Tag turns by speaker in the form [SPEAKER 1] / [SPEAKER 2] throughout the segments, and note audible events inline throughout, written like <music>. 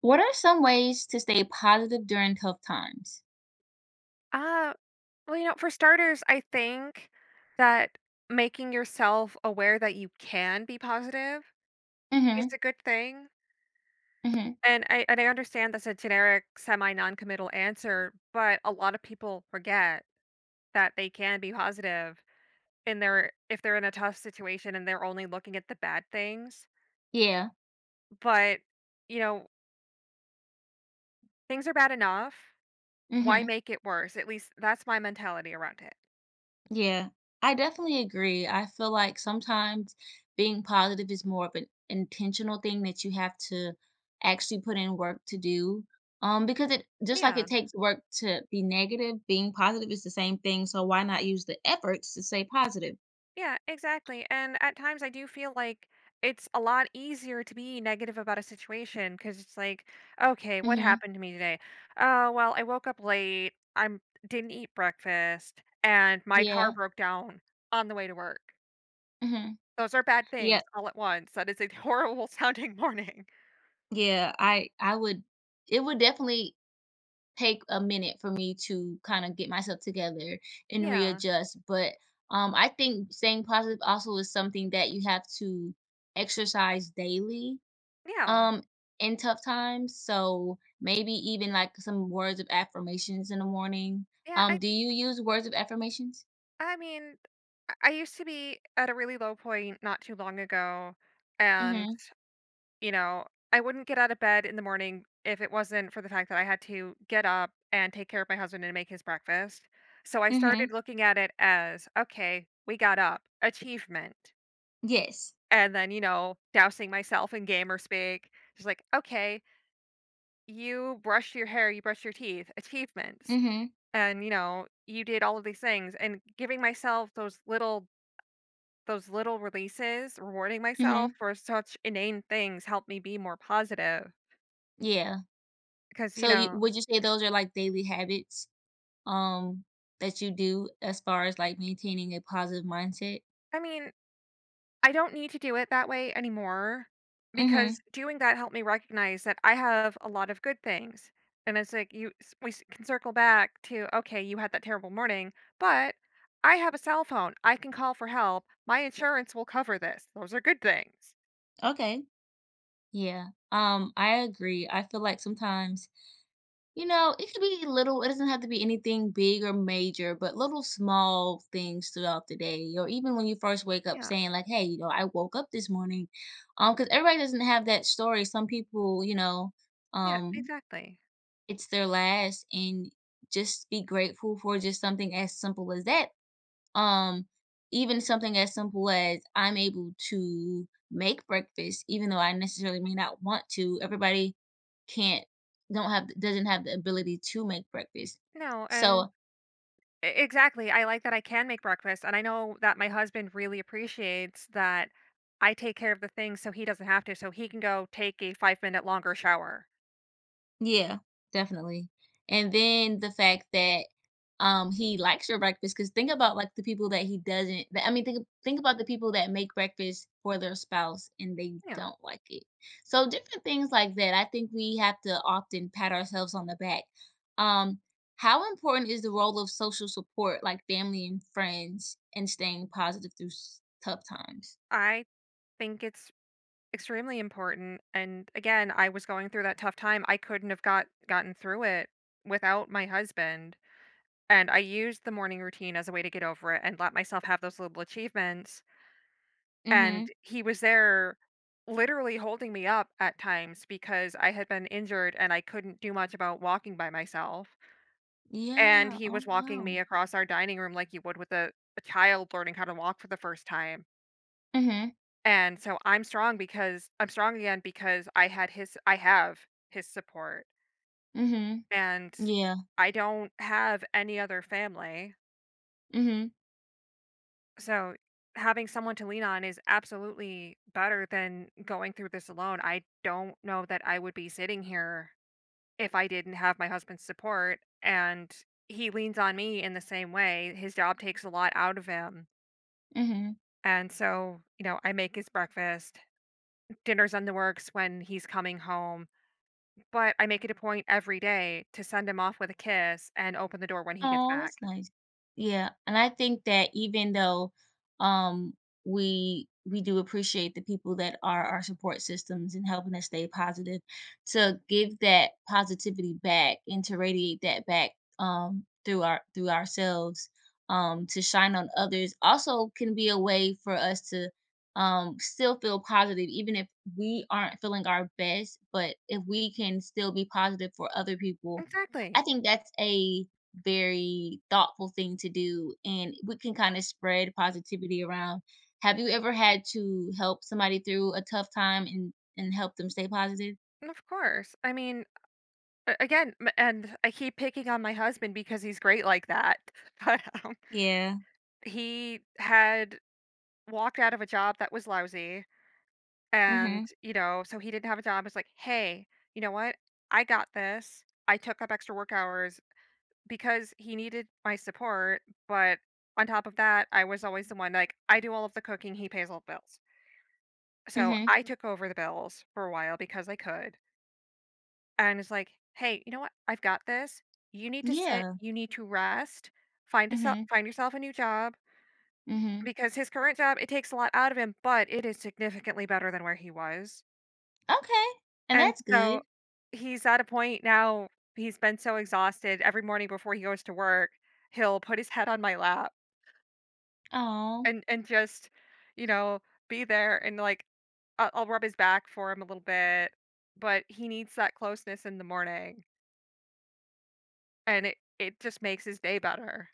[SPEAKER 1] What are some ways to stay positive during tough times?
[SPEAKER 2] Uh, well, you know, for starters, I think that making yourself aware that you can be positive is
[SPEAKER 1] Mhm,
[SPEAKER 2] a good thing.
[SPEAKER 1] mhm.
[SPEAKER 2] And I understand that's a generic semi non-committal answer, but a lot of people forget that they can be positive in their if they're in a tough situation and they're only looking at the bad things.
[SPEAKER 1] Yeah,
[SPEAKER 2] But, you know, things are bad enough. Why
[SPEAKER 1] mhm.
[SPEAKER 2] make it worse? At least that's my mentality around it.
[SPEAKER 1] Yeah, I definitely agree. I feel like sometimes being positive is more of an intentional thing that you have to actually put in work to do, because it just like it
[SPEAKER 2] Yeah.
[SPEAKER 1] takes work to be negative, being positive is the same thing, so why not use the efforts to stay positive?
[SPEAKER 2] Yeah, exactly. And at times I do feel like it's a lot easier to be negative about a situation because it's like, okay, what
[SPEAKER 1] Mhm.
[SPEAKER 2] happened to me today? Oh, well, I woke up late. I didn't eat breakfast and my car
[SPEAKER 1] Yeah,
[SPEAKER 2] broke down on the way to work.
[SPEAKER 1] mhm.
[SPEAKER 2] Those are bad
[SPEAKER 1] Yeah,
[SPEAKER 2] things all at once. That is a <laughs> horrible sounding morning.
[SPEAKER 1] yeah, I would it would definitely take a minute for me to kind of get myself together and
[SPEAKER 2] Yeah.
[SPEAKER 1] readjust. But I think staying positive also is something that you have to exercise daily
[SPEAKER 2] Yeah.
[SPEAKER 1] um, in tough times. So maybe even like some words of affirmations in the morning.
[SPEAKER 2] Yeah, I
[SPEAKER 1] Do you use words of affirmations?
[SPEAKER 2] I mean, I used to be at a really low point not too long ago and
[SPEAKER 1] Mm-hmm.
[SPEAKER 2] you know, I wouldn't get out of bed in the morning if it wasn't for the fact that I had to get up and take care of my husband and make his breakfast. So I
[SPEAKER 1] Mm-hmm.
[SPEAKER 2] started looking at it as, okay, we got up, achievement.
[SPEAKER 1] Yes.
[SPEAKER 2] And then, you know, dousing myself in gamer speak. Just like, okay, you brushed your hair, you brushed your teeth, achievements.
[SPEAKER 1] Mm-hmm.
[SPEAKER 2] And, you know, you did all of these things and giving myself those little releases, rewarding
[SPEAKER 1] Mm-hmm.
[SPEAKER 2] myself for such inane things helped me be more positive.
[SPEAKER 1] Yeah.
[SPEAKER 2] Because, you know,
[SPEAKER 1] Would you say those are like daily habits um that you do as far as like maintaining a positive mindset?
[SPEAKER 2] I mean, I don't need to do it that way anymore
[SPEAKER 1] Mhm.
[SPEAKER 2] because doing that helped me recognize that I have a lot of good things. And it's like we can circle back to okay, you had that terrible morning, but I have a cell phone. I can call for help. My insurance will cover this. Those are good things.
[SPEAKER 1] Okay. Yeah. I agree. I feel like sometimes, you know, it could be little, it doesn't have to be anything big or major, but little small things throughout the day, or even when you first wake up
[SPEAKER 2] Yeah.
[SPEAKER 1] saying, like, hey, you know, I woke up this morning. Because everybody doesn't have that story. Some people,
[SPEAKER 2] Yeah,
[SPEAKER 1] um,
[SPEAKER 2] exactly.
[SPEAKER 1] it's their last and just be grateful for just something as simple as that. Um, Even something as simple as I'm able to make breakfast, even though I necessarily may not want to. Everybody can't don't have doesn't have the ability to make breakfast.
[SPEAKER 2] No, and
[SPEAKER 1] So
[SPEAKER 2] exactly. I like that I can make breakfast and I know that my husband really appreciates that I take care of the things so he doesn't have to so he can go take a 5-minute longer shower.
[SPEAKER 1] yeah, definitely. And then the fact that he likes your breakfast because think about, like, the people that he doesn't that I mean, think about the people that make breakfast for their spouse and they
[SPEAKER 2] Yeah,
[SPEAKER 1] don't like it. So, different things like that, I think we have to often pat ourselves on the back. Um, how important is the role of social support, like family and friends, and staying positive through s tough times?
[SPEAKER 2] I think it's extremely important. And again, I was going through that tough time. I couldn't have gotten through it without my husband. And I used the morning routine as a way to get over it and let myself have those little achievements. And
[SPEAKER 1] Mhm.
[SPEAKER 2] he was there literally holding me up at times because I had been injured and I couldn't do much about walking by myself. And
[SPEAKER 1] Yeah.
[SPEAKER 2] he
[SPEAKER 1] Oh,
[SPEAKER 2] was walking me
[SPEAKER 1] wow.
[SPEAKER 2] across our dining room like you would with a child learning how to walk for the first time.
[SPEAKER 1] Mhm.
[SPEAKER 2] And so I'm strong because I'm strong again because I had his I have his support
[SPEAKER 1] Mhm.
[SPEAKER 2] and
[SPEAKER 1] Yeah.
[SPEAKER 2] I don't have any other family.
[SPEAKER 1] Mhm.
[SPEAKER 2] So having someone to lean on is absolutely better than going through this alone. I don't know that I would be sitting here if I didn't have my husband's support and he leans on me in the same way. His job takes a lot out of him.
[SPEAKER 1] Mhm.
[SPEAKER 2] And so, you know, I make his breakfast. Dinner's on the works when he's coming home. But I make it a point every day to send him off with a kiss and open the door when he gets
[SPEAKER 1] Oh,
[SPEAKER 2] back.
[SPEAKER 1] that's nice. Yeah, and I think that even though um we do appreciate the people that are our support systems and helping us stay positive, to give that positivity back and to radiate that back through our through ourselves to shine on others also can be a way for us to still feel positive even if we aren't feeling our best, but if we can still be positive for other people, I
[SPEAKER 2] Exactly.
[SPEAKER 1] think that's a very thoughtful thing to do and we can kind of spread positivity around. Have you ever had to help somebody through a tough time and help them stay positive?
[SPEAKER 2] And of course. I mean, again, and I keep picking on my husband because he's great like that. <laughs> But
[SPEAKER 1] Yeah.
[SPEAKER 2] he had walked out of a job that was lousy. And,
[SPEAKER 1] Mhm.
[SPEAKER 2] you know, so he didn't have a job. It's like, hey, you know what? I got this. I took up extra work hours because he needed my support. But on top of that, I was always the one like, I do all of the cooking, he pays all the bills. So
[SPEAKER 1] Mhm.
[SPEAKER 2] I took over the bills for a while because I could, and it's like, "Hey, you know what? I've got this. You need to sit.
[SPEAKER 1] Yeah.
[SPEAKER 2] You need to rest. Find a
[SPEAKER 1] Mhm.
[SPEAKER 2] Find yourself a new job
[SPEAKER 1] Mhm.
[SPEAKER 2] because his current job it takes a lot out of him, but it is significantly better than where he was."
[SPEAKER 1] Okay. And
[SPEAKER 2] And
[SPEAKER 1] that's
[SPEAKER 2] so
[SPEAKER 1] good.
[SPEAKER 2] he's at a point now. He's been so exhausted every morning before he goes to work, he'll put his head on my lap
[SPEAKER 1] Oh,
[SPEAKER 2] and just, you know, be there and like I'll rub his back for him a little bit, but he needs that closeness in the morning, and it just makes his day better.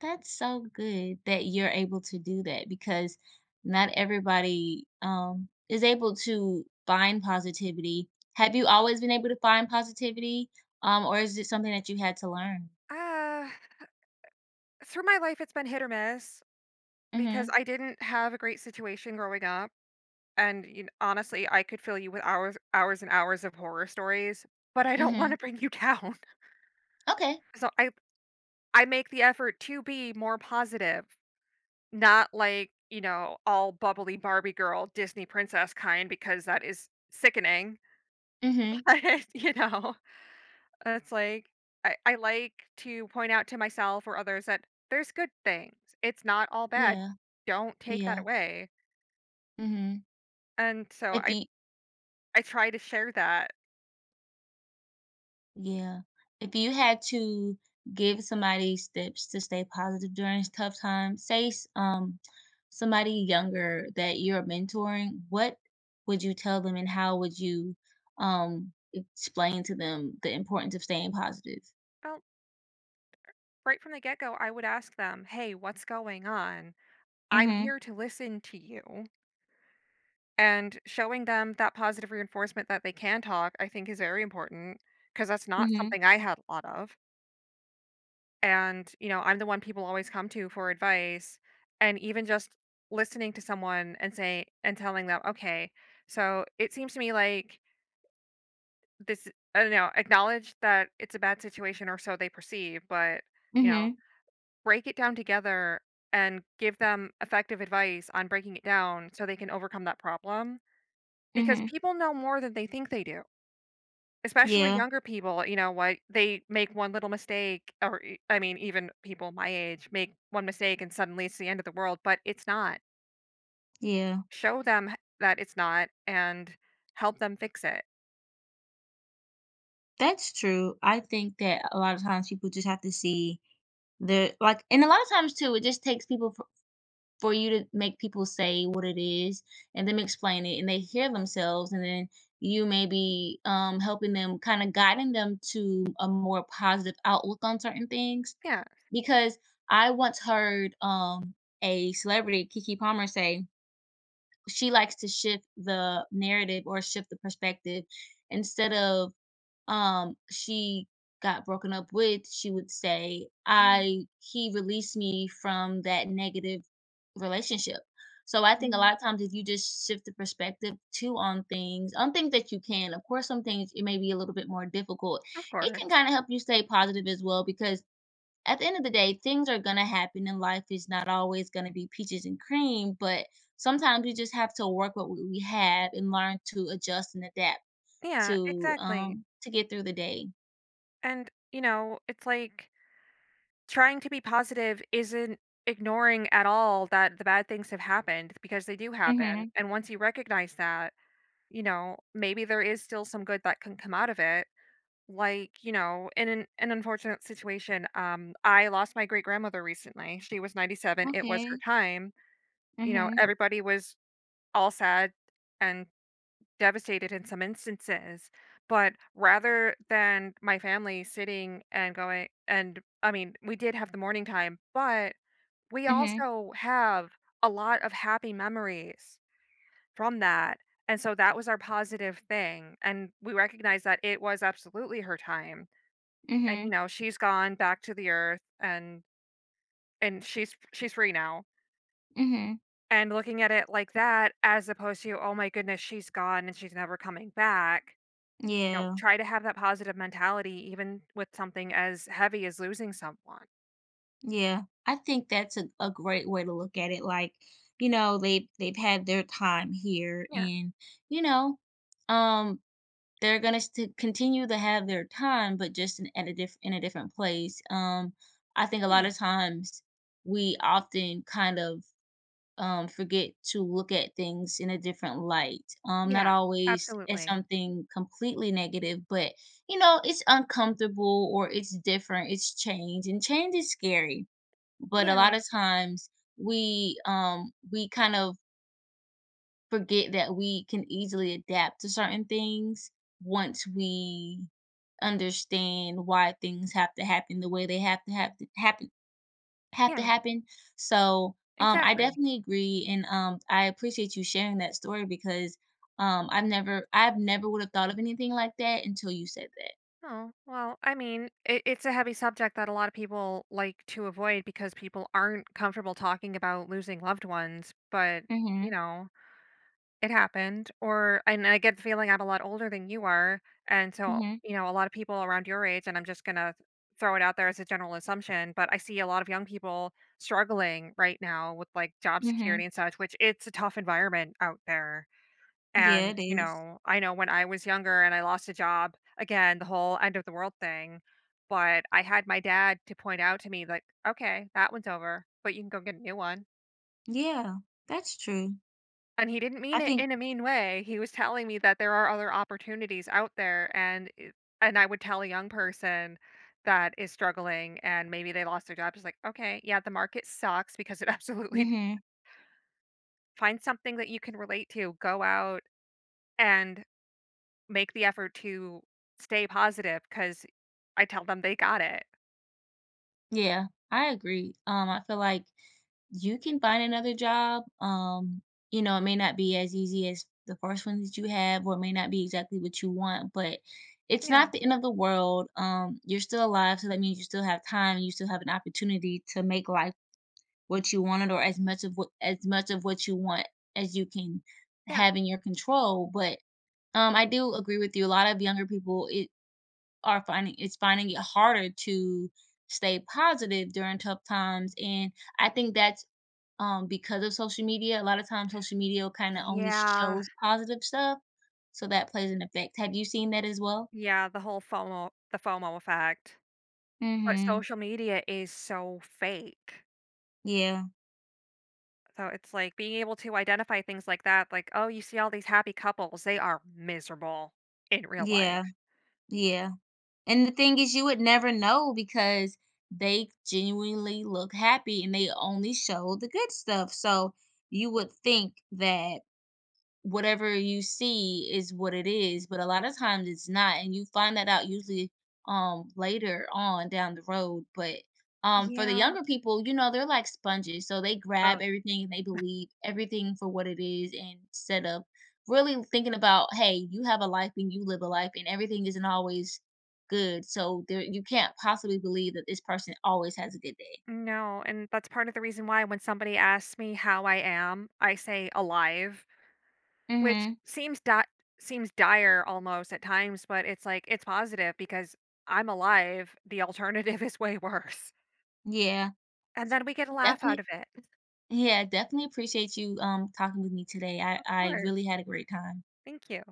[SPEAKER 1] that's so good that you're able to do that because not everybody is able to find positivity. Have you always been able to find positivity or is it something that you had to learn?
[SPEAKER 2] Uh, Through my life, it's been hit or miss because
[SPEAKER 1] Mhm,
[SPEAKER 2] I didn't have a great situation growing up, and you know, honestly, I could fill you with hours, hours and hours of horror stories, but I don't want
[SPEAKER 1] mhm.
[SPEAKER 2] to bring you down,
[SPEAKER 1] Okay.
[SPEAKER 2] <laughs> so I make the effort to be more positive. Not like, you know, all bubbly Barbie girl, Disney princess kind because that is sickening. <laughs>
[SPEAKER 1] Mhm.
[SPEAKER 2] But, you know? It's like I like to point out to myself or others that there's good things. It's not all bad.
[SPEAKER 1] Yeah,
[SPEAKER 2] Don't take that
[SPEAKER 1] yeah.
[SPEAKER 2] away.
[SPEAKER 1] Mhm.
[SPEAKER 2] And so
[SPEAKER 1] If you
[SPEAKER 2] I try to share that.
[SPEAKER 1] yeah. If you had to give somebody steps to stay positive during tough times, say s somebody younger that you're mentoring, what would you tell them, and how would you, explain to them the importance of staying positive?
[SPEAKER 2] Well, right from the get-go, I would ask them, "Hey, what's going on? I'm
[SPEAKER 1] Mhm,
[SPEAKER 2] here to listen to you." And showing them that positive reinforcement that they can talk, I think is very important because that's not
[SPEAKER 1] mhm,
[SPEAKER 2] something I had a lot of. And, you know, I'm the one people always come to for advice, and even just listening to someone and say and telling them, "Okay, so it seems to me like this." I don't know, acknowledge that it's a bad situation or so they perceive, but, you know,
[SPEAKER 1] mhm,
[SPEAKER 2] break it down together and give them effective advice on breaking it down so they can overcome that problem, because
[SPEAKER 1] mhm.
[SPEAKER 2] people know more than they think they do. Especially
[SPEAKER 1] Yeah,
[SPEAKER 2] younger people, you know what, they make one little mistake or e I mean, even people my age make one mistake and suddenly it's the end of the world, but it's not.
[SPEAKER 1] yeah.
[SPEAKER 2] Show them h that it's not and help them fix it.
[SPEAKER 1] That's true. I think that a lot of times people just have to see They're like And a lot of times too, it just takes people for you to make people say what it is and them explain it, and they hear themselves, and then you may be, helping them kinda guiding them to a more positive outlook on certain things,
[SPEAKER 2] Yeah.
[SPEAKER 1] because I once heard, a celebrity, Kiki Palmer, say she likes to shift the narrative or shift the perspective instead of she got broken up with, she would say,
[SPEAKER 2] Mhm,
[SPEAKER 1] "I he released me from that negative relationship." So I think a
[SPEAKER 2] mhm.
[SPEAKER 1] lot of times if you just shift the perspective too on things that you can, of course, some things it may be a little bit more difficult.
[SPEAKER 2] Of
[SPEAKER 1] It can
[SPEAKER 2] course.
[SPEAKER 1] kind of help you stay positive as well because at the end of the day, things are gonna happen in life is not always gonna be peaches and cream, but sometimes we just have to work with what we have and learn to adjust and adapt
[SPEAKER 2] Yeah, exactly.
[SPEAKER 1] to get through the day.
[SPEAKER 2] And, you know, it's like trying to be positive isn't ignoring at all that the bad things have happened because they do happen,
[SPEAKER 1] Mhm.
[SPEAKER 2] and once you recognize that, you know, maybe there is still some good that can come out of it. Like, you know, in an unfortunate situation, I lost my great grandmother recently. She was 97. It was her
[SPEAKER 1] Okay.
[SPEAKER 2] time. You know,
[SPEAKER 1] Mhm.
[SPEAKER 2] everybody was all sad and devastated in some instances. But rather than my family sitting and going, and I mean, we did have the morning time, but we
[SPEAKER 1] Mhm.
[SPEAKER 2] also have a lot of happy memories from that. And so that was our positive thing. And we recognized that it was absolutely her time and you
[SPEAKER 1] Mhm.
[SPEAKER 2] know, she's gone back to the earth and she's free now.
[SPEAKER 1] Mhm.
[SPEAKER 2] And looking at it like that as opposed to, "Oh my goodness, she's gone and she's never coming back." You know,
[SPEAKER 1] Yeah,
[SPEAKER 2] try to have that positive mentality even with something as heavy as losing someone.
[SPEAKER 1] yeah. I think that's a great way to look at it. Like, you know, they've had their time here,
[SPEAKER 2] Yeah.
[SPEAKER 1] and you know, um, they're gonna continue to have their time, but just at a in a different place. I think a lot
[SPEAKER 2] Yeah.
[SPEAKER 1] of times we often kind of forget to look at things in a different light. Not
[SPEAKER 2] Yeah.
[SPEAKER 1] always as
[SPEAKER 2] Absolutely.
[SPEAKER 1] something completely negative, but you know, it's uncomfortable or it's different, it's change, and change is scary. But a lot
[SPEAKER 2] Yeah.
[SPEAKER 1] of times we kind of forget that we can easily adapt to certain things once we understand why things have to happen the way they have to have to
[SPEAKER 2] Yeah.
[SPEAKER 1] happen. So, I
[SPEAKER 2] Exactly.
[SPEAKER 1] definitely agree, and, I appreciate you sharing that story because, I've never would have thought of anything like that until you said that.
[SPEAKER 2] Oh, well, I mean, it's a heavy subject that a lot of people like to avoid because people aren't comfortable talking about losing loved ones. But, you
[SPEAKER 1] Mhm,
[SPEAKER 2] know, it happened, or and I get the feeling I'm a lot older than you are, and so,
[SPEAKER 1] mhm,
[SPEAKER 2] you know, a lot of people around your age, and I'm just gonna throw it out there as a general assumption, but I see a lot of young people struggling right now with, like, job
[SPEAKER 1] mhm.
[SPEAKER 2] security and such, which it's a tough environment out there,
[SPEAKER 1] Yeah,
[SPEAKER 2] and,
[SPEAKER 1] it
[SPEAKER 2] you
[SPEAKER 1] is.
[SPEAKER 2] know, I know when I was younger and I lost a job, again, the whole end of the world thing, but I had my dad to point out to me, like, "Okay, that one's over, but you can go get a new one."
[SPEAKER 1] Yeah, that's true.
[SPEAKER 2] And he didn't
[SPEAKER 1] I
[SPEAKER 2] mean it
[SPEAKER 1] think
[SPEAKER 2] in a mean way, he was telling me that there are other opportunities out there, and it and I would tell a young person that is struggling and maybe they lost their job, just like, "Okay, yeah, the market sucks because it <laughs> absolutely."
[SPEAKER 1] mhm.
[SPEAKER 2] Find something that you can relate to, go out and make the effort to stay positive. Because I tell them they got it.
[SPEAKER 1] Yeah, I agree. I feel like you can find another job. You know, it may not be as easy as the first one that you have, or it may not be exactly what you want, but it's
[SPEAKER 2] Yeah,
[SPEAKER 1] not the end of the world. You're still alive, so that means you still have time, you still have an opportunity to make life what you wanted, or as much of what as much of what you want as you can
[SPEAKER 2] yeah.
[SPEAKER 1] have in your control. But I do agree with you. A lot of younger people, it are finding is finding it harder to stay positive during tough times, and I think that's, because of social media. A lot of times social media kinda only
[SPEAKER 2] Yeah,
[SPEAKER 1] shows positive stuff, so that plays an effect. Have you seen that as well?
[SPEAKER 2] yeah, the FOMO effect. But
[SPEAKER 1] Mhm.
[SPEAKER 2] social media is so fake.
[SPEAKER 1] Yeah.
[SPEAKER 2] So it's like being able to identify things like that, like, oh, you see all these happy couples, they are miserable in real life.
[SPEAKER 1] Yeah. Yeah. And the thing is you would never know because they genuinely look happy and they only show the good stuff, so you would think that whatever you see is what it is, but a lot of times it's not, and you find that out usually later on down the road. But for the
[SPEAKER 2] Yeah.
[SPEAKER 1] younger people, you know, they're like sponges. So they grab
[SPEAKER 2] Oh,
[SPEAKER 1] everything and they believe everything for what it is and instead of really thinking about, hey, you have a life and you live a life and everything isn't always good. So there you can't possibly believe that this person always has a good day.
[SPEAKER 2] no. And that's part of the reason why when somebody asks me how I am, I say alive, which
[SPEAKER 1] Mhm.
[SPEAKER 2] seems dire almost at times, but it's like it's positive because I'm alive. The alternative <laughs> is way worse.
[SPEAKER 1] Yeah.
[SPEAKER 2] And then we get a laugh out
[SPEAKER 1] Definitely
[SPEAKER 2] of it. Of
[SPEAKER 1] Yeah, definitely appreciate you, talking with me today. I
[SPEAKER 2] course.
[SPEAKER 1] really had a great time.
[SPEAKER 2] Thank you.